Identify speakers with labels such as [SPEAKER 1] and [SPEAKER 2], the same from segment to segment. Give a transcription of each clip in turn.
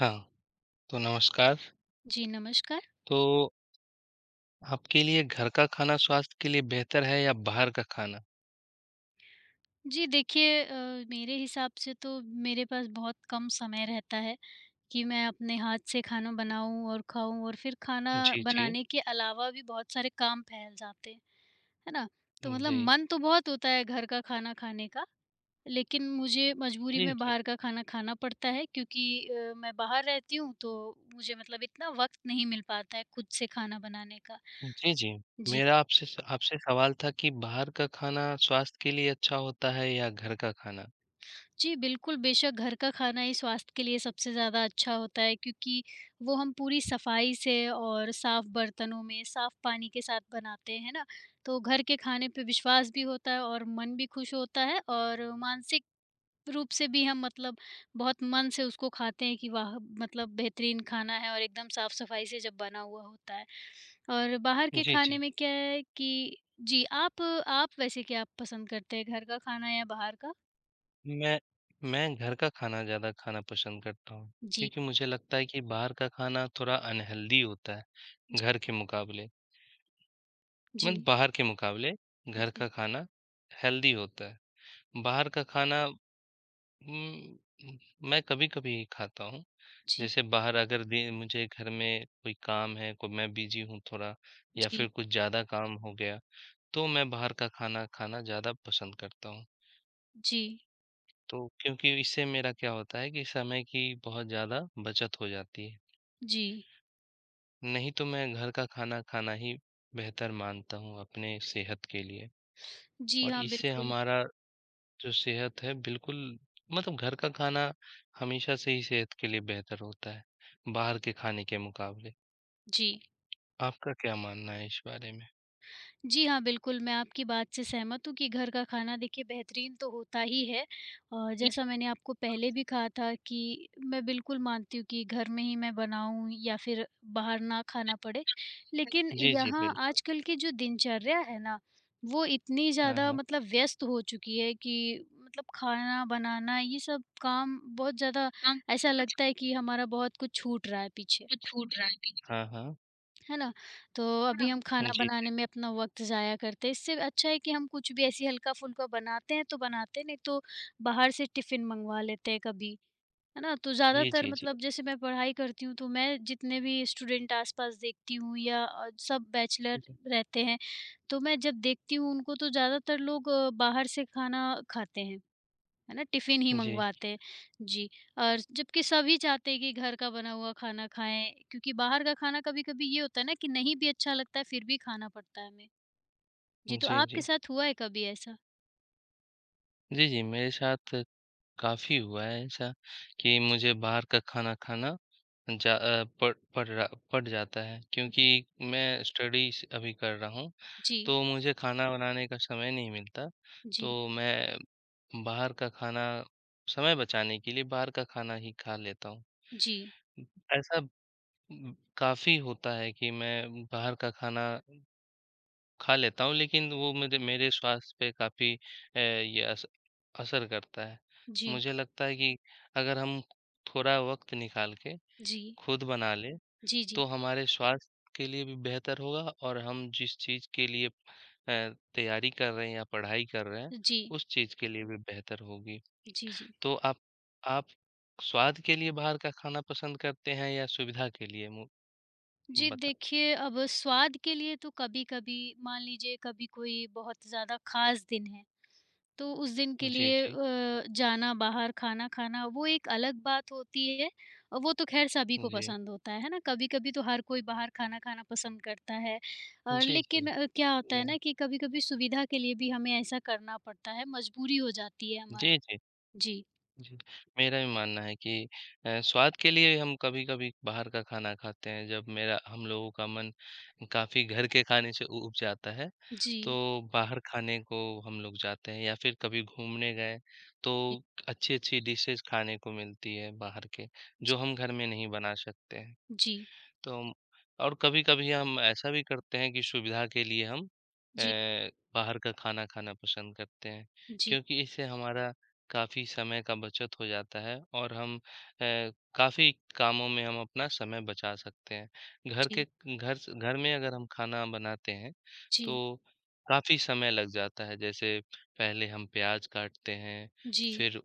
[SPEAKER 1] हाँ, तो नमस्कार।
[SPEAKER 2] जी, नमस्कार।
[SPEAKER 1] तो आपके लिए घर का खाना स्वास्थ्य के लिए बेहतर है या बाहर का खाना?
[SPEAKER 2] जी, देखिए मेरे हिसाब से तो मेरे पास बहुत कम समय रहता है कि मैं अपने हाथ से खाना बनाऊँ और खाऊँ और फिर खाना
[SPEAKER 1] जी, जी।
[SPEAKER 2] बनाने के अलावा भी बहुत सारे काम फैल जाते हैं, है ना? तो मतलब
[SPEAKER 1] जी।
[SPEAKER 2] मन तो बहुत होता है घर का खाना खाने का, लेकिन मुझे मजबूरी
[SPEAKER 1] जी,
[SPEAKER 2] में
[SPEAKER 1] जी।
[SPEAKER 2] बाहर का खाना खाना पड़ता है क्योंकि मैं बाहर रहती हूँ, तो मुझे मतलब इतना वक़्त नहीं मिल पाता है खुद से खाना बनाने का।
[SPEAKER 1] जी, जी।
[SPEAKER 2] जी।
[SPEAKER 1] मेरा आपसे स आपसे सवाल था कि बाहर का खाना स्वास्थ्य के लिए अच्छा होता है या घर का खाना?
[SPEAKER 2] जी, बिल्कुल, बेशक घर का खाना ही स्वास्थ्य के लिए सबसे ज़्यादा अच्छा होता है क्योंकि वो हम पूरी सफाई से और साफ़ बर्तनों में, साफ़ पानी के साथ बनाते हैं, है ना? तो घर के खाने पे विश्वास भी होता है और मन भी खुश होता है और मानसिक रूप से भी हम मतलब बहुत मन से उसको खाते हैं कि वाह! मतलब बेहतरीन खाना है और एकदम साफ़-सफाई से जब बना हुआ होता है। और बाहर के
[SPEAKER 1] जी,
[SPEAKER 2] खाने
[SPEAKER 1] जी।
[SPEAKER 2] में क्या है कि जी, आप वैसे क्या आप पसंद करते हैं, घर का खाना या बाहर का?
[SPEAKER 1] जी। मैं घर का खाना ज़्यादा खाना पसंद करता हूँ,
[SPEAKER 2] जी,
[SPEAKER 1] क्योंकि मुझे लगता है कि बाहर का खाना थोड़ा अनहेल्दी होता है
[SPEAKER 2] जी,
[SPEAKER 1] घर के मुकाबले।
[SPEAKER 2] जी।
[SPEAKER 1] मतलब बाहर के मुकाबले घर का
[SPEAKER 2] जी,
[SPEAKER 1] खाना हेल्दी होता है। बाहर का खाना हुँ, उम, मैं कभी-कभी खाता हूँ।
[SPEAKER 2] जी,
[SPEAKER 1] जैसे बाहर अगर दे मुझे घर में कोई काम है, कोई मैं बिज़ी हूँ थोड़ा या फिर
[SPEAKER 2] जी,
[SPEAKER 1] कुछ ज़्यादा काम हो गया, तो मैं बाहर का खाना खाना ज़्यादा पसंद करता हूँ।
[SPEAKER 2] जी,
[SPEAKER 1] तो क्योंकि इससे मेरा क्या होता है कि समय की बहुत ज़्यादा बचत हो जाती है।
[SPEAKER 2] जी।
[SPEAKER 1] नहीं तो मैं घर का खाना खाना ही बेहतर मानता हूँ अपने सेहत के लिए
[SPEAKER 2] जी
[SPEAKER 1] और
[SPEAKER 2] हाँ,
[SPEAKER 1] इससे
[SPEAKER 2] बिल्कुल।
[SPEAKER 1] हमारा जो सेहत है बिल्कुल मतलब घर का खाना हमेशा से ही सेहत के लिए बेहतर होता है, बाहर के खाने के मुकाबले।
[SPEAKER 2] जी।
[SPEAKER 1] आपका क्या मानना है इस बारे में?
[SPEAKER 2] जी हाँ, बिल्कुल, मैं आपकी बात से सहमत हूँ कि घर का खाना देखिए बेहतरीन तो होता ही है। और जैसा मैंने आपको पहले भी कहा था कि मैं बिल्कुल मानती हूँ कि घर में ही मैं बनाऊँ या फिर बाहर ना खाना पड़े। लेकिन
[SPEAKER 1] जी, जी,
[SPEAKER 2] यहाँ
[SPEAKER 1] बिल्कुल।
[SPEAKER 2] आजकल की जो दिनचर्या है ना, वो इतनी
[SPEAKER 1] हाँ,
[SPEAKER 2] ज़्यादा
[SPEAKER 1] हाँ।
[SPEAKER 2] मतलब व्यस्त हो चुकी है कि मतलब खाना बनाना ये सब काम बहुत ज़्यादा
[SPEAKER 1] काम
[SPEAKER 2] ऐसा लगता है कि हमारा बहुत कुछ छूट रहा है पीछे।
[SPEAKER 1] तो छूट रहा है पीछे। हाँ, हाँ।
[SPEAKER 2] है ना? तो अभी हम खाना
[SPEAKER 1] जी, जी।
[SPEAKER 2] बनाने में अपना वक़्त ज़ाया करते हैं, इससे अच्छा है कि हम कुछ भी ऐसी हल्का-फुल्का बनाते हैं तो बनाते हैं, नहीं तो बाहर से टिफ़िन मँगवा लेते हैं कभी, है ना? तो
[SPEAKER 1] जी,
[SPEAKER 2] ज़्यादातर
[SPEAKER 1] जी, जी।
[SPEAKER 2] मतलब जैसे मैं पढ़ाई करती हूँ, तो मैं जितने भी स्टूडेंट आस-पास देखती हूँ या सब
[SPEAKER 1] जी,
[SPEAKER 2] बैचलर
[SPEAKER 1] जी।
[SPEAKER 2] रहते हैं, तो मैं जब देखती हूँ उनको तो ज़्यादातर लोग बाहर से खाना खाते हैं। है ना? टिफ़िन ही
[SPEAKER 1] जी,
[SPEAKER 2] मँगवाते हैं। जी, और जबकि सभी चाहते हैं कि घर का बना हुआ खाना खाएँ क्योंकि बाहर का खाना कभी-कभी ये होता है ना कि नहीं भी अच्छा लगता है फिर भी खाना पड़ता है हमें। जी, तो
[SPEAKER 1] जी,
[SPEAKER 2] आपके
[SPEAKER 1] जी।
[SPEAKER 2] साथ हुआ है कभी ऐसा?
[SPEAKER 1] जी, जी, मेरे साथ काफ़ी हुआ है ऐसा कि मुझे बाहर का खाना खाना जा अ, पड़ पड़ रहा पड़ जाता है
[SPEAKER 2] जी।
[SPEAKER 1] क्योंकि मैं स्टडीज़ अभी कर रहा हूँ।
[SPEAKER 2] जी,
[SPEAKER 1] तो मुझे खाना बनाने का समय नहीं मिलता,
[SPEAKER 2] जी,
[SPEAKER 1] तो मैं बाहर का खाना समय बचाने के लिए बाहर का खाना ही खा लेता हूँ।
[SPEAKER 2] जी,
[SPEAKER 1] ऐसा काफ़ी होता है कि मैं बाहर का खाना खा लेता हूँ, लेकिन वो मुझे मेरे स्वास्थ्य पे काफ़ी अ, ये अस असर करता है।
[SPEAKER 2] जी,
[SPEAKER 1] मुझे लगता है कि अगर हम थोड़ा वक़्त निकाल के
[SPEAKER 2] जी,
[SPEAKER 1] खुद बना लें
[SPEAKER 2] जी,
[SPEAKER 1] तो
[SPEAKER 2] जी,
[SPEAKER 1] हमारे स्वास्थ्य के लिए भी बेहतर होगा और हम जिस चीज़ के लिए तैयारी कर रहे हैं या पढ़ाई कर रहे हैं,
[SPEAKER 2] जी,
[SPEAKER 1] उस चीज़ के लिए भी बेहतर होगी।
[SPEAKER 2] जी, जी।
[SPEAKER 1] तो आप स्वाद के लिए बाहर का खाना पसंद करते हैं या सुविधा के लिए? मु
[SPEAKER 2] जी,
[SPEAKER 1] बता
[SPEAKER 2] देखिए अब स्वाद के लिए तो कभी-कभी मान लीजिए कभी कोई बहुत ज़्यादा ख़ास दिन है, तो उस दिन के
[SPEAKER 1] जी,
[SPEAKER 2] लिए
[SPEAKER 1] जी।
[SPEAKER 2] जाना बाहर खाना खाना वो एक अलग बात होती है और वो तो ख़ैर सभी को
[SPEAKER 1] जी।
[SPEAKER 2] पसंद होता है ना? कभी-कभी तो हर कोई बाहर खाना खाना पसंद करता है।
[SPEAKER 1] जी, जी।
[SPEAKER 2] लेकिन क्या होता है
[SPEAKER 1] जी।
[SPEAKER 2] ना कि कभी-कभी सुविधा के लिए भी हमें ऐसा करना पड़ता है, मजबूरी हो जाती है हमारी।
[SPEAKER 1] जी, जी। जी
[SPEAKER 2] जी,
[SPEAKER 1] जी, मेरा भी मानना है कि स्वाद के लिए हम कभी-कभी बाहर का खाना खाते हैं, जब मेरा हम लोगों का मन काफ़ी घर के खाने से उ ऊब जाता है,
[SPEAKER 2] जी,
[SPEAKER 1] तो बाहर खाने को हम लोग जाते हैं या फिर कभी घूमने गए,
[SPEAKER 2] जी,
[SPEAKER 1] तो अच्छी-अच्छी डिशेज़ खाने को मिलती है बाहर के, जो हम घर में नहीं बना सकते हैं।
[SPEAKER 2] जी,
[SPEAKER 1] तो हम- और कभी-कभी हम ऐसा भी करते हैं कि सुविधा के लिए हम अ,
[SPEAKER 2] जी,
[SPEAKER 1] बाहर का खाना खाना पसंद करते हैं,
[SPEAKER 2] जी,
[SPEAKER 1] क्योंकि इससे हमारा काफ़ी समय का बचत हो जाता है और हम काफ़ी कामों में हम अपना समय बचा सकते हैं। घर के घर स घर में अगर हम खाना बनाते हैं,
[SPEAKER 2] जी,
[SPEAKER 1] तो काफ़ी समय लग जाता है। जैसे पहले हम प्याज़ काटते हैं,
[SPEAKER 2] जी, जी,
[SPEAKER 1] फिर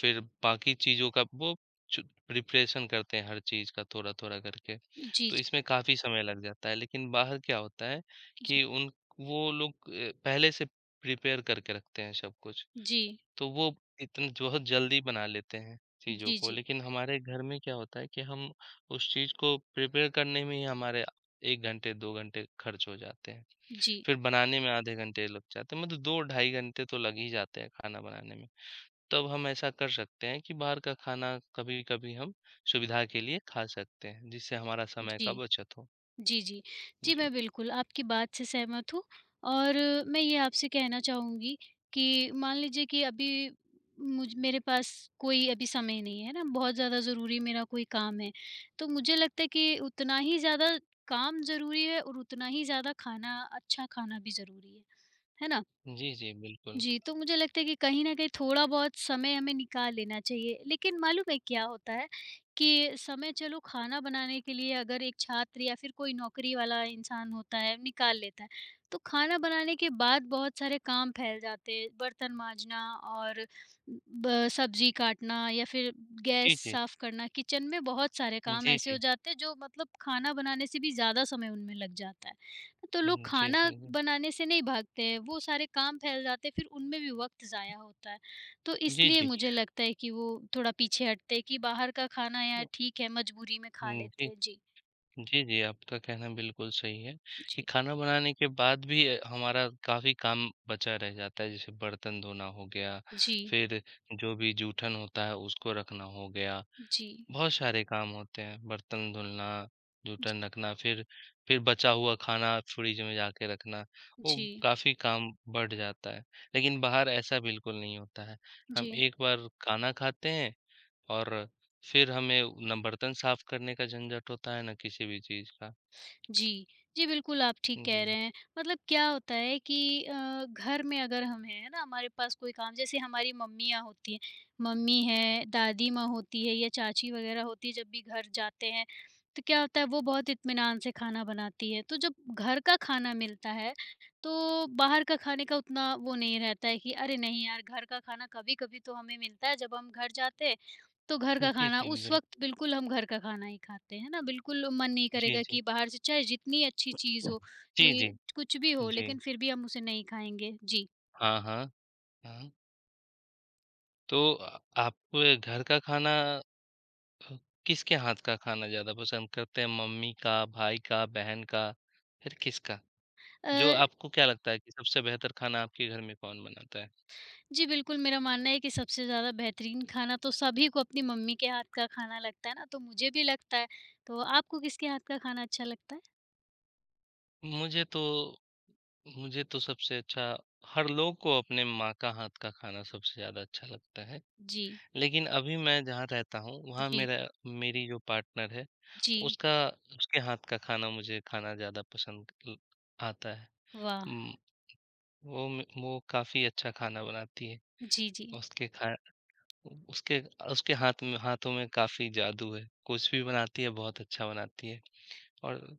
[SPEAKER 1] फिर बाकी चीज़ों का वो चु प्रिपरेशन करते हैं हर चीज़ का थोड़ा-थोड़ा करके।
[SPEAKER 2] जी,
[SPEAKER 1] तो इसमें काफ़ी समय लग जाता है, लेकिन बाहर क्या होता है कि
[SPEAKER 2] जी,
[SPEAKER 1] उन वो लोग पहले से प्रिपेयर करके रखते हैं सब कुछ।
[SPEAKER 2] जी,
[SPEAKER 1] तो वो इतन बहुत जल्दी बना लेते हैं
[SPEAKER 2] जी,
[SPEAKER 1] चीज़ों
[SPEAKER 2] जी,
[SPEAKER 1] को,
[SPEAKER 2] जी,
[SPEAKER 1] लेकिन हमारे घर में क्या होता है कि हम उस चीज़ को प्रिपेयर करने में ही हमारे 1 घंटे, 2 घंटे खर्च हो जाते हैं।
[SPEAKER 2] जी,
[SPEAKER 1] फिर बनाने में आधे घंटे लग जाते हैं, मतलब 2 ढाई घंटे तो लग ही जाते हैं खाना बनाने में। तब हम ऐसा कर सकते हैं कि बाहर का खाना कभी-कभी हम सुविधा के लिए खा सकते हैं, जिससे हमारा समय
[SPEAKER 2] जी।
[SPEAKER 1] का बचत हो।
[SPEAKER 2] जी, जी। जी,
[SPEAKER 1] जी।
[SPEAKER 2] मैं बिल्कुल आपकी बात से सहमत हूँ और मैं ये आपसे कहना चाहूँगी कि मान लीजिए कि अभी मुझ मेरे पास कोई अभी समय नहीं है ना, बहुत ज़्यादा ज़रूरी मेरा कोई काम है। तो मुझे लगता है कि उतना ही ज़्यादा काम ज़रूरी है और उतना ही ज़्यादा खाना अच्छा खाना भी ज़रूरी है ना?
[SPEAKER 1] जी, जी, बिल्कुल।
[SPEAKER 2] जी, तो मुझे लगता है कि कहीं न कहीं थोड़ा-बहुत समय हमें निकाल लेना चाहिए। लेकिन मालूम है क्या होता है कि समय चलो खाना बनाने के लिए अगर एक छात्र या फिर कोई नौकरी वाला इंसान होता है, निकाल लेता है। तो खाना बनाने के बाद बहुत सारे काम फैल जाते हैं, बर्तन माँजना और ब सब्ज़ी काटना या फिर
[SPEAKER 1] जी,
[SPEAKER 2] गैस
[SPEAKER 1] जी।
[SPEAKER 2] साफ़ करना, किचन में बहुत सारे काम
[SPEAKER 1] जी,
[SPEAKER 2] ऐसे हो
[SPEAKER 1] जी।
[SPEAKER 2] जाते हैं जो मतलब खाना बनाने से भी ज़्यादा समय उनमें लग जाता है। तो लोग
[SPEAKER 1] हुँ, जी,
[SPEAKER 2] खाना
[SPEAKER 1] जी, जी।
[SPEAKER 2] बनाने से नहीं भागते हैं, वो सारे काम फैल जाते हैं, फिर उनमें भी वक़्त ज़ाया होता है। तो
[SPEAKER 1] जी,
[SPEAKER 2] इसलिए
[SPEAKER 1] जी।
[SPEAKER 2] मुझे लगता है कि वो थोड़ा पीछे हटते हैं कि बाहर का खाना यार ठीक है, मजबूरी में खा
[SPEAKER 1] हुँ, जी।
[SPEAKER 2] लेते हैं। जी,
[SPEAKER 1] जी, जी, आपका कहना बिल्कुल सही है कि
[SPEAKER 2] जी,
[SPEAKER 1] खाना बनाने के बाद भी हमारा काफ़ी काम बचा रह जाता है, जैसे बर्तन धोना हो गया,
[SPEAKER 2] जी,
[SPEAKER 1] फिर जो भी जूठन होता है उसको रखना हो गया
[SPEAKER 2] जी,
[SPEAKER 1] बहुत सारे काम होते हैं, बर्तन धुलना,
[SPEAKER 2] जी,
[SPEAKER 1] जूठन रखना, फिर बचा हुआ खाना फ्रिज में जाके रखना, वो
[SPEAKER 2] जी,
[SPEAKER 1] काफ़ी काम बढ़ जाता है। लेकिन बाहर ऐसा बिल्कुल नहीं होता है, हम
[SPEAKER 2] जी।
[SPEAKER 1] एक बार खाना खाते हैं और फिर हमें ना बर्तन साफ़ करने का झंझट होता है, ना किसी भी चीज़ का।
[SPEAKER 2] जी। जी, बिल्कुल आप ठीक कह
[SPEAKER 1] जी।
[SPEAKER 2] रहे हैं। मतलब क्या होता है कि घर में अगर हम हैं, है ना? हमारे पास कोई काम जैसे हमारी मम्मियाँ होती हैं, मम्मी हैं, दादी माँ होती है या चाची वग़ैरह होती है, जब भी घर जाते हैं, तो क्या होता है वो बहुत इत्मीनान से खाना बनाती हैं। तो जब घर का खाना मिलता है, तो बाहर का खाने का उतना वो नहीं रहता है कि अरे नहीं यार, घर का खाना कभी-कभी तो हमें मिलता है जब हम घर जाते हैं। तो घर का
[SPEAKER 1] जी,
[SPEAKER 2] खाना
[SPEAKER 1] जी,
[SPEAKER 2] उस वक़्त
[SPEAKER 1] बिल्कुल।
[SPEAKER 2] बिल्कुल हम घर का खाना ही खाते हैं, है ना? बिल्कुल मन नहीं
[SPEAKER 1] जी,
[SPEAKER 2] करेगा
[SPEAKER 1] जी।
[SPEAKER 2] कि बाहर से चाहे जितनी अच्छी चीज़ हो
[SPEAKER 1] जी, जी।
[SPEAKER 2] कि कुछ भी हो
[SPEAKER 1] जी।
[SPEAKER 2] लेकिन फिर भी हम उसे नहीं खाएँगे। जी।
[SPEAKER 1] हाँ, हाँ। हाँ। तो आप घर का खाना तो किसके हाथ का खाना ज़्यादा पसंद करते हैं? मम्मी का, भाई का, बहन का, फिर किसका?
[SPEAKER 2] अ,
[SPEAKER 1] जो आपको क्या लगता है कि सबसे बेहतर खाना आपके घर में कौन बनाता है?
[SPEAKER 2] जी बिल्कुल मेरा मानना है कि सबसे ज़्यादा बेहतरीन खाना तो सभी को अपनी मम्मी के हाथ का खाना लगता है ना, तो मुझे भी लगता है। तो आपको किसके हाथ का खाना अच्छा लगता है?
[SPEAKER 1] मुझे तो मुझे तो सबसे अच्छा हर लोग को अपने माँ का हाथ का खाना सबसे ज़्यादा अच्छा लगता है।
[SPEAKER 2] जी।
[SPEAKER 1] लेकिन अभी मैं जहाँ रहता हूँ, वहाँ
[SPEAKER 2] जी।
[SPEAKER 1] मेरा मेरी जो पार्टनर है,
[SPEAKER 2] जी।
[SPEAKER 1] उसका उसके हाथ का खाना मुझे खाना ज़्यादा पसंद ल आता है।
[SPEAKER 2] वाह!
[SPEAKER 1] उम, वो काफ़ी अच्छा खाना बनाती है।
[SPEAKER 2] जी, जी।
[SPEAKER 1] उसके खाए उ उसके उसके हाथों में काफ़ी जादू है। कुछ भी बनाती है, बहुत अच्छा बनाती है और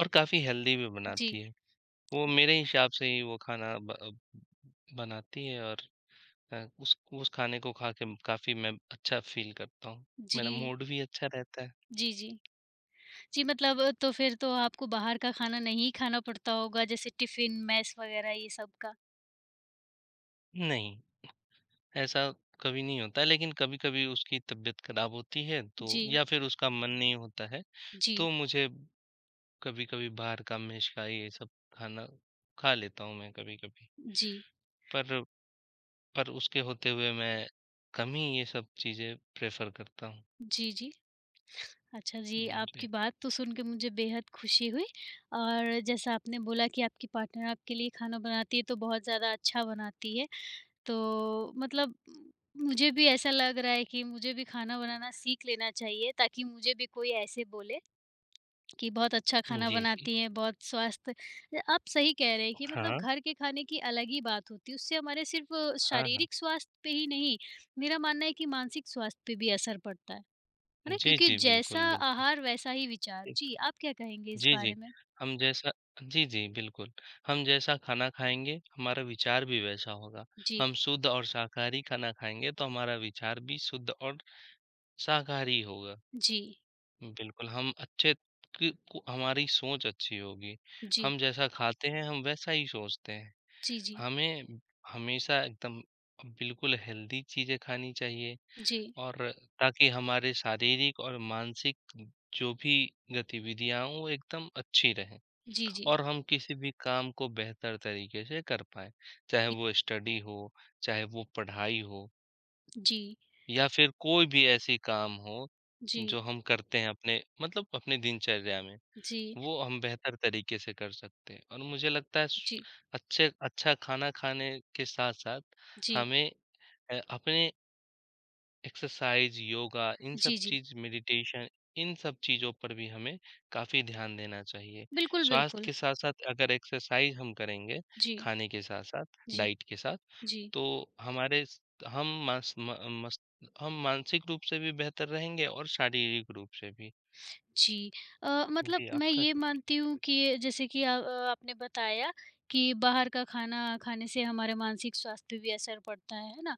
[SPEAKER 1] और काफ़ी हेल्दी भी
[SPEAKER 2] जी।
[SPEAKER 1] बनाती है। वो मेरे हिसाब से ही वो खाना बनाती है और उस खाने को खा के काफ़ी मैं अच्छा फ़ील करता हूँ।
[SPEAKER 2] जी।
[SPEAKER 1] मेरा मूड भी अच्छा रहता है।
[SPEAKER 2] जी, जी। जी, मतलब तो फिर तो आपको बाहर का खाना नहीं खाना पड़ता होगा, जैसे टिफ़िन, मेस वग़ैरह ये सब का?
[SPEAKER 1] नहीं, ऐसा कभी नहीं होता है, लेकिन कभी-कभी उसकी तबीयत खराब होती है तो
[SPEAKER 2] जी,
[SPEAKER 1] या फिर उसका मन नहीं होता है, तो
[SPEAKER 2] जी,
[SPEAKER 1] मुझे कभी-कभी बाहर का मिष्ठाई ये सब खाना खा लेता हूँ मैं कभी-कभी।
[SPEAKER 2] जी,
[SPEAKER 1] पर पर उसके होते हुए मैं कम ही ये सब चीज़ें प्रेफ़र करता हूँ।
[SPEAKER 2] जी, जी। अच्छा जी,
[SPEAKER 1] हुँ,
[SPEAKER 2] आपकी
[SPEAKER 1] जी।
[SPEAKER 2] बात तो सुन के मुझे बेहद खुशी हुई और जैसा आपने बोला कि आपकी पार्टनर आपके लिए खाना बनाती है, तो बहुत ज़्यादा अच्छा बनाती है। तो मुझे भी ऐसा लग रहा है कि मुझे भी खाना बनाना सीख लेना चाहिए, ताकि मुझे भी कोई ऐसे बोले। कि बहुत अच्छा खाना
[SPEAKER 1] जी, जी।
[SPEAKER 2] बनाती हैं, बहुत स्वास्थ्य आप सही कह रहे हैं कि मतलब
[SPEAKER 1] हाँ,
[SPEAKER 2] घर के खाने की अलग ही बात होती है, उससे हमारे सिर्फ़
[SPEAKER 1] हाँ, हाँ।
[SPEAKER 2] शारीरिक स्वास्थ्य पे ही नहीं, मेरा मानना है कि मानसिक स्वास्थ्य पे भी असर पड़ता है ना?
[SPEAKER 1] जी,
[SPEAKER 2] क्योंकि
[SPEAKER 1] जी,
[SPEAKER 2] जैसा
[SPEAKER 1] बिल्कुल, बिल्कुल।
[SPEAKER 2] आहार वैसा ही विचार।
[SPEAKER 1] जी,
[SPEAKER 2] जी, आप क्या कहेंगे इस
[SPEAKER 1] जी, जी।
[SPEAKER 2] बारे में?
[SPEAKER 1] हम जैसा जी, जी, बिल्कुल। हम जैसा खाना खाएँगे, हमारा विचार भी वैसा होगा।
[SPEAKER 2] जी,
[SPEAKER 1] हम शुद्ध और शाकाहारी खाना खाएँगे, तो हमारा विचार भी शुद्ध और शाकाहारी होगा।
[SPEAKER 2] जी,
[SPEAKER 1] बिल्कुल, हम अच्छे कि को हमारी सोच अच्छी होगी।
[SPEAKER 2] जी,
[SPEAKER 1] हम जैसा खाते हैं, हम वैसा ही सोचते हैं।
[SPEAKER 2] जी, जी,
[SPEAKER 1] हमें हमेशा एकदम बिल्कुल हेल्दी चीज़ें खानी चाहिए
[SPEAKER 2] जी,
[SPEAKER 1] और ताकि हमारे शारीरिक और मानसिक जो भी गतिविधियाँ हों वो एकदम अच्छी रहें
[SPEAKER 2] जी,
[SPEAKER 1] और हम किसी भी काम को बेहतर तरीके से कर पाएँ। चाहे वो स्टडी हो, चाहे वो पढ़ाई हो
[SPEAKER 2] जी,
[SPEAKER 1] या फिर कोई भी ऐसी काम हो
[SPEAKER 2] जी,
[SPEAKER 1] जो हम करते हैं अपने मतलब अपनी दिनचर्या में।
[SPEAKER 2] जी,
[SPEAKER 1] वो हम बेहतर तरीके से कर सकते हैं और मुझे लगता है स
[SPEAKER 2] जी,
[SPEAKER 1] अच्छे अच्छा खाना खाने के साथ-साथ
[SPEAKER 2] जी, जी, जी,
[SPEAKER 1] हमें अपने एक्सरसाइज़, योगा इन सब
[SPEAKER 2] जी, जी
[SPEAKER 1] चीज़ मेडिटेशन इन सब चीज़ों पर भी हमें काफ़ी ध्यान देना चाहिए।
[SPEAKER 2] बिल्कुल,
[SPEAKER 1] स्वास्थ्य
[SPEAKER 2] बिल्कुल।
[SPEAKER 1] के साथ-साथ अगर एक्सरसाइज़ हम करेंगे,
[SPEAKER 2] जी,
[SPEAKER 1] खाने के साथ-साथ,
[SPEAKER 2] जी,
[SPEAKER 1] डाइट के साथ,
[SPEAKER 2] जी।
[SPEAKER 1] तो हमारे स हम मास म मस हम मानसिक रूप से भी बेहतर रहेंगे और शारीरिक रूप से भी।
[SPEAKER 2] जी। मतलब
[SPEAKER 1] जी,
[SPEAKER 2] मैं
[SPEAKER 1] आपका
[SPEAKER 2] ये
[SPEAKER 1] क्या कहना
[SPEAKER 2] मानती हूँ कि ये- जैसे कि आपने बताया कि बाहर का खाना खाने से हमारे मानसिक स्वास्थ्य पे भी असर पड़ता है ना?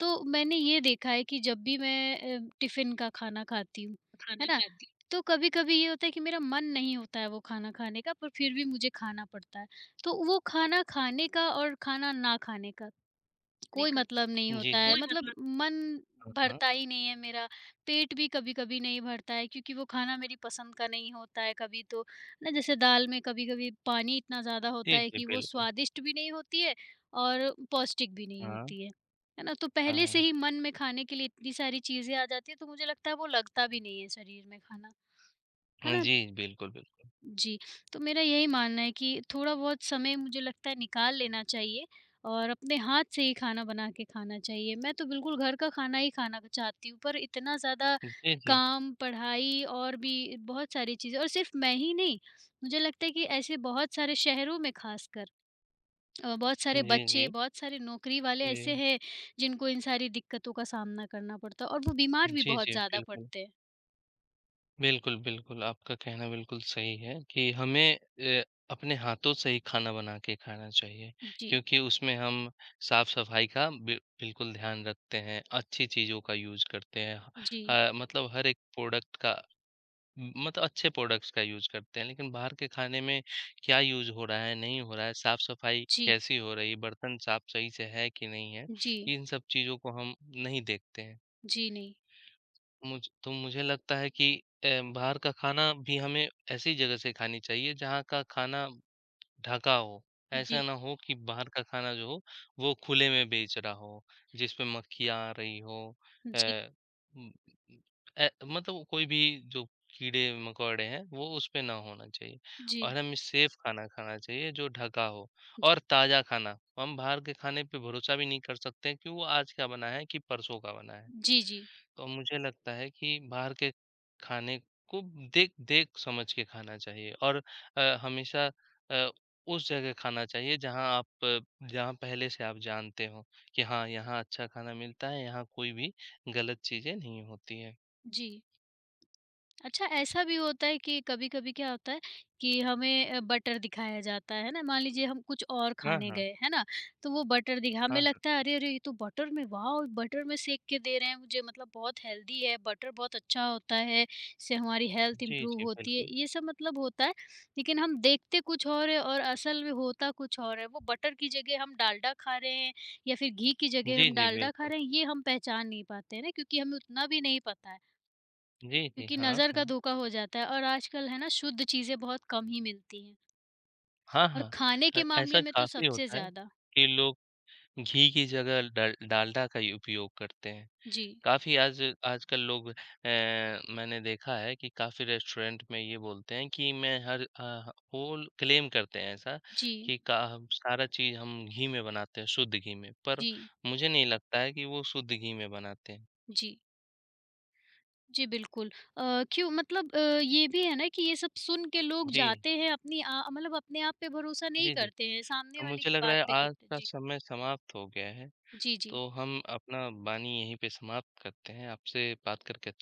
[SPEAKER 2] तो मैंने ये देखा है कि जब भी मैं टिफ़िन का खाना खाती हूँ,
[SPEAKER 1] है?
[SPEAKER 2] है
[SPEAKER 1] खाना
[SPEAKER 2] ना?
[SPEAKER 1] खाते
[SPEAKER 2] तो कभी-कभी ये होता है कि मेरा मन नहीं होता है वो खाना खाने का पर फिर भी मुझे खाना पड़ता है। तो वो खाना खाने का और खाना ना खाने का
[SPEAKER 1] खाने
[SPEAKER 2] कोई
[SPEAKER 1] का
[SPEAKER 2] मतलब नहीं
[SPEAKER 1] जी,
[SPEAKER 2] होता
[SPEAKER 1] जी।
[SPEAKER 2] है
[SPEAKER 1] कोई
[SPEAKER 2] मतलब मन
[SPEAKER 1] हुँ, हुँ।
[SPEAKER 2] भरता ही नहीं है मेरा, पेट भी कभी-कभी नहीं भरता है क्योंकि वो खाना मेरी पसंद का नहीं होता है कभी तो, ना जैसे दाल में कभी-कभी पानी इतना ज़्यादा होता
[SPEAKER 1] जी,
[SPEAKER 2] है
[SPEAKER 1] जी,
[SPEAKER 2] कि वो
[SPEAKER 1] बिल्कुल।
[SPEAKER 2] स्वादिष्ट भी नहीं होती है और पौष्टिक भी नहीं
[SPEAKER 1] हाँ,
[SPEAKER 2] होती है। है ना? तो पहले से
[SPEAKER 1] हाँ।
[SPEAKER 2] ही मन में खाने के लिए इतनी सारी चीज़ें आ जाती हैं तो मुझे लगता है वो लगता भी नहीं है शरीर में खाना, है
[SPEAKER 1] हाँ
[SPEAKER 2] ना?
[SPEAKER 1] जी, बिल्कुल, बिल्कुल।
[SPEAKER 2] जी, तो मेरा यही मानना है कि थोड़ा बहुत समय मुझे लगता है निकाल लेना चाहिए और अपने हाथ से ही खाना बना के खाना चाहिए। मैं तो बिल्कुल घर का खाना ही खाना चाहती हूँ, पर इतना ज़्यादा
[SPEAKER 1] जी, जी।
[SPEAKER 2] काम, पढ़ाई और भी बहुत सारी चीज़ें और सिर्फ़ मैं ही नहीं, मुझे लगता है कि ऐसे बहुत सारे शहरों में ख़ासकर बहुत सारे
[SPEAKER 1] जी,
[SPEAKER 2] बच्चे,
[SPEAKER 1] जी।
[SPEAKER 2] बहुत सारे नौकरी वाले ऐसे
[SPEAKER 1] जी।
[SPEAKER 2] हैं, जिनको इन सारी दिक्कतों का सामना करना पड़ता है और वो बीमार भी
[SPEAKER 1] जी,
[SPEAKER 2] बहुत
[SPEAKER 1] जी,
[SPEAKER 2] ज़्यादा
[SPEAKER 1] बिल्कुल।
[SPEAKER 2] पड़ते हैं।
[SPEAKER 1] बिल्कुल, बिल्कुल, आपका कहना बिल्कुल सही है कि हमें अ, अपने हाथों से ही खाना बना के खाना चाहिए
[SPEAKER 2] जी,
[SPEAKER 1] क्योंकि उसमें हम साफ-सफाई का बिल्कुल ध्यान रखते हैं, अच्छी चीज़ों का यूज़ करते हैं।
[SPEAKER 2] जी,
[SPEAKER 1] मतलब हर एक प्रोडक्ट का मतलब अच्छे प्रोडक्ट्स का यूज़ करते हैं, लेकिन बाहर के खाने में क्या यूज़ हो रहा है, नहीं हो रहा है, साफ़-सफ़ाई
[SPEAKER 2] जी,
[SPEAKER 1] कैसी हो रही है, बर्तन साफ़ सही से है कि नहीं है,
[SPEAKER 2] जी,
[SPEAKER 1] इन सब चीज़ों को हम नहीं देखते हैं।
[SPEAKER 2] जी नहीं,
[SPEAKER 1] मुझे लगता है कि अ, बाहर का खाना भी हमें ऐसी जगह से खानी चाहिए, जहाँ का खाना ढका हो। ऐसा
[SPEAKER 2] जी।
[SPEAKER 1] ना हो कि बाहर का खाना जो हो, वो खुले में बेच रहा हो, जिसमें मक्खियाँ आ रही हो अ,
[SPEAKER 2] जी,
[SPEAKER 1] उम, ए मतलब कोई भी जो कीड़े-मकोड़े हैं, वो उसपे ना होना चाहिए
[SPEAKER 2] जी,
[SPEAKER 1] और हमें सेफ खाना खाना चाहिए जो ढका हो
[SPEAKER 2] जी,
[SPEAKER 1] और ताज़ा खाना। हम बाहर के खाने पे भरोसा भी नहीं कर सकते हैं कि वो आज का बना है कि परसों का बना है।
[SPEAKER 2] जी, जी,
[SPEAKER 1] तो मुझे लगता है कि बाहर के खाने को देख देख समझ के खाना चाहिए और हमेशा अ, उस जगह खाना चाहिए जहाँ पहले से आप जानते हो कि हाँ, यहाँ अच्छा खाना मिलता है, यहाँ कोई भी गलत चीज़ें नहीं होती हैं।
[SPEAKER 2] जी। अच्छा ऐसा भी होता है कि कभी-कभी क्या होता है कि हमें बटर दिखाया जाता है ना, मान लीजिए हम कुछ और
[SPEAKER 1] हाँ,
[SPEAKER 2] खाने
[SPEAKER 1] हाँ।
[SPEAKER 2] गए, है ना? तो वो बटर दिखा हमें
[SPEAKER 1] हाँ,
[SPEAKER 2] लगता है अरे, अरे! ये तो बटर में वाओ! बटर में सेक के दे रहे हैं मुझे मतलब बहुत हेल्दी है, बटर बहुत अच्छा होता है, इससे हमारी हेल्थ
[SPEAKER 1] जी,
[SPEAKER 2] इम्प्रूव
[SPEAKER 1] जी,
[SPEAKER 2] होती है,
[SPEAKER 1] बिल्कुल।
[SPEAKER 2] ये सब मतलब होता है। लेकिन हम देखते कुछ और है और असल में होता कुछ और है। वो बटर की जगह हम डालडा खा रहे हैं या फिर घी की जगह
[SPEAKER 1] जी,
[SPEAKER 2] हम
[SPEAKER 1] जी,
[SPEAKER 2] डालडा खा
[SPEAKER 1] बिल्कुल।
[SPEAKER 2] रहे हैं, ये हम पहचान नहीं पाते हैं ना क्योंकि हमें उतना भी नहीं पता है।
[SPEAKER 1] जी, जी,
[SPEAKER 2] क्योंकि
[SPEAKER 1] हाँ,
[SPEAKER 2] नज़र का
[SPEAKER 1] हाँ।
[SPEAKER 2] धोखा हो जाता है और आजकल है ना शुद्ध चीज़ें बहुत कम ही मिलती हैं
[SPEAKER 1] हाँ,
[SPEAKER 2] और
[SPEAKER 1] हाँ।
[SPEAKER 2] खाने के मामले
[SPEAKER 1] ऐसा
[SPEAKER 2] में तो
[SPEAKER 1] काफ़ी
[SPEAKER 2] सबसे
[SPEAKER 1] होता है
[SPEAKER 2] ज़्यादा।
[SPEAKER 1] कि लोग घी की जगह डल डालडा का उपयोग करते हैं।
[SPEAKER 2] जी,
[SPEAKER 1] काफ़ी आज आजकल लोग मैंने देखा है कि काफ़ी रेस्टोरेंट में ये बोलते हैं कि होल क्लेम करते हैं ऐसा
[SPEAKER 2] जी,
[SPEAKER 1] कि का सारा चीज़ हम घी में बनाते हैं, शुद्ध घी में, पर
[SPEAKER 2] जी,
[SPEAKER 1] मुझे नहीं लगता है कि वो शुद्ध घी में बनाते हैं।
[SPEAKER 2] जी। जी, बिल्कुल। क्यों मतलब ये भी है ना कि ये सब सुन के लोग
[SPEAKER 1] जी,
[SPEAKER 2] जाते हैं अपनी आ मतलब अपने आप पे भरोसा नहीं
[SPEAKER 1] जी, जी।
[SPEAKER 2] करते हैं, सामने
[SPEAKER 1] तो
[SPEAKER 2] वाले
[SPEAKER 1] मुझे
[SPEAKER 2] की
[SPEAKER 1] लग रहा
[SPEAKER 2] बात
[SPEAKER 1] है
[SPEAKER 2] पे
[SPEAKER 1] आज
[SPEAKER 2] करते हैं।
[SPEAKER 1] का
[SPEAKER 2] जी।
[SPEAKER 1] समय समाप्त हो गया है,
[SPEAKER 2] जी, जी।
[SPEAKER 1] तो हम अपना वाणी यहीं पे समाप्त करते हैं। आपसे बात करके अच्छा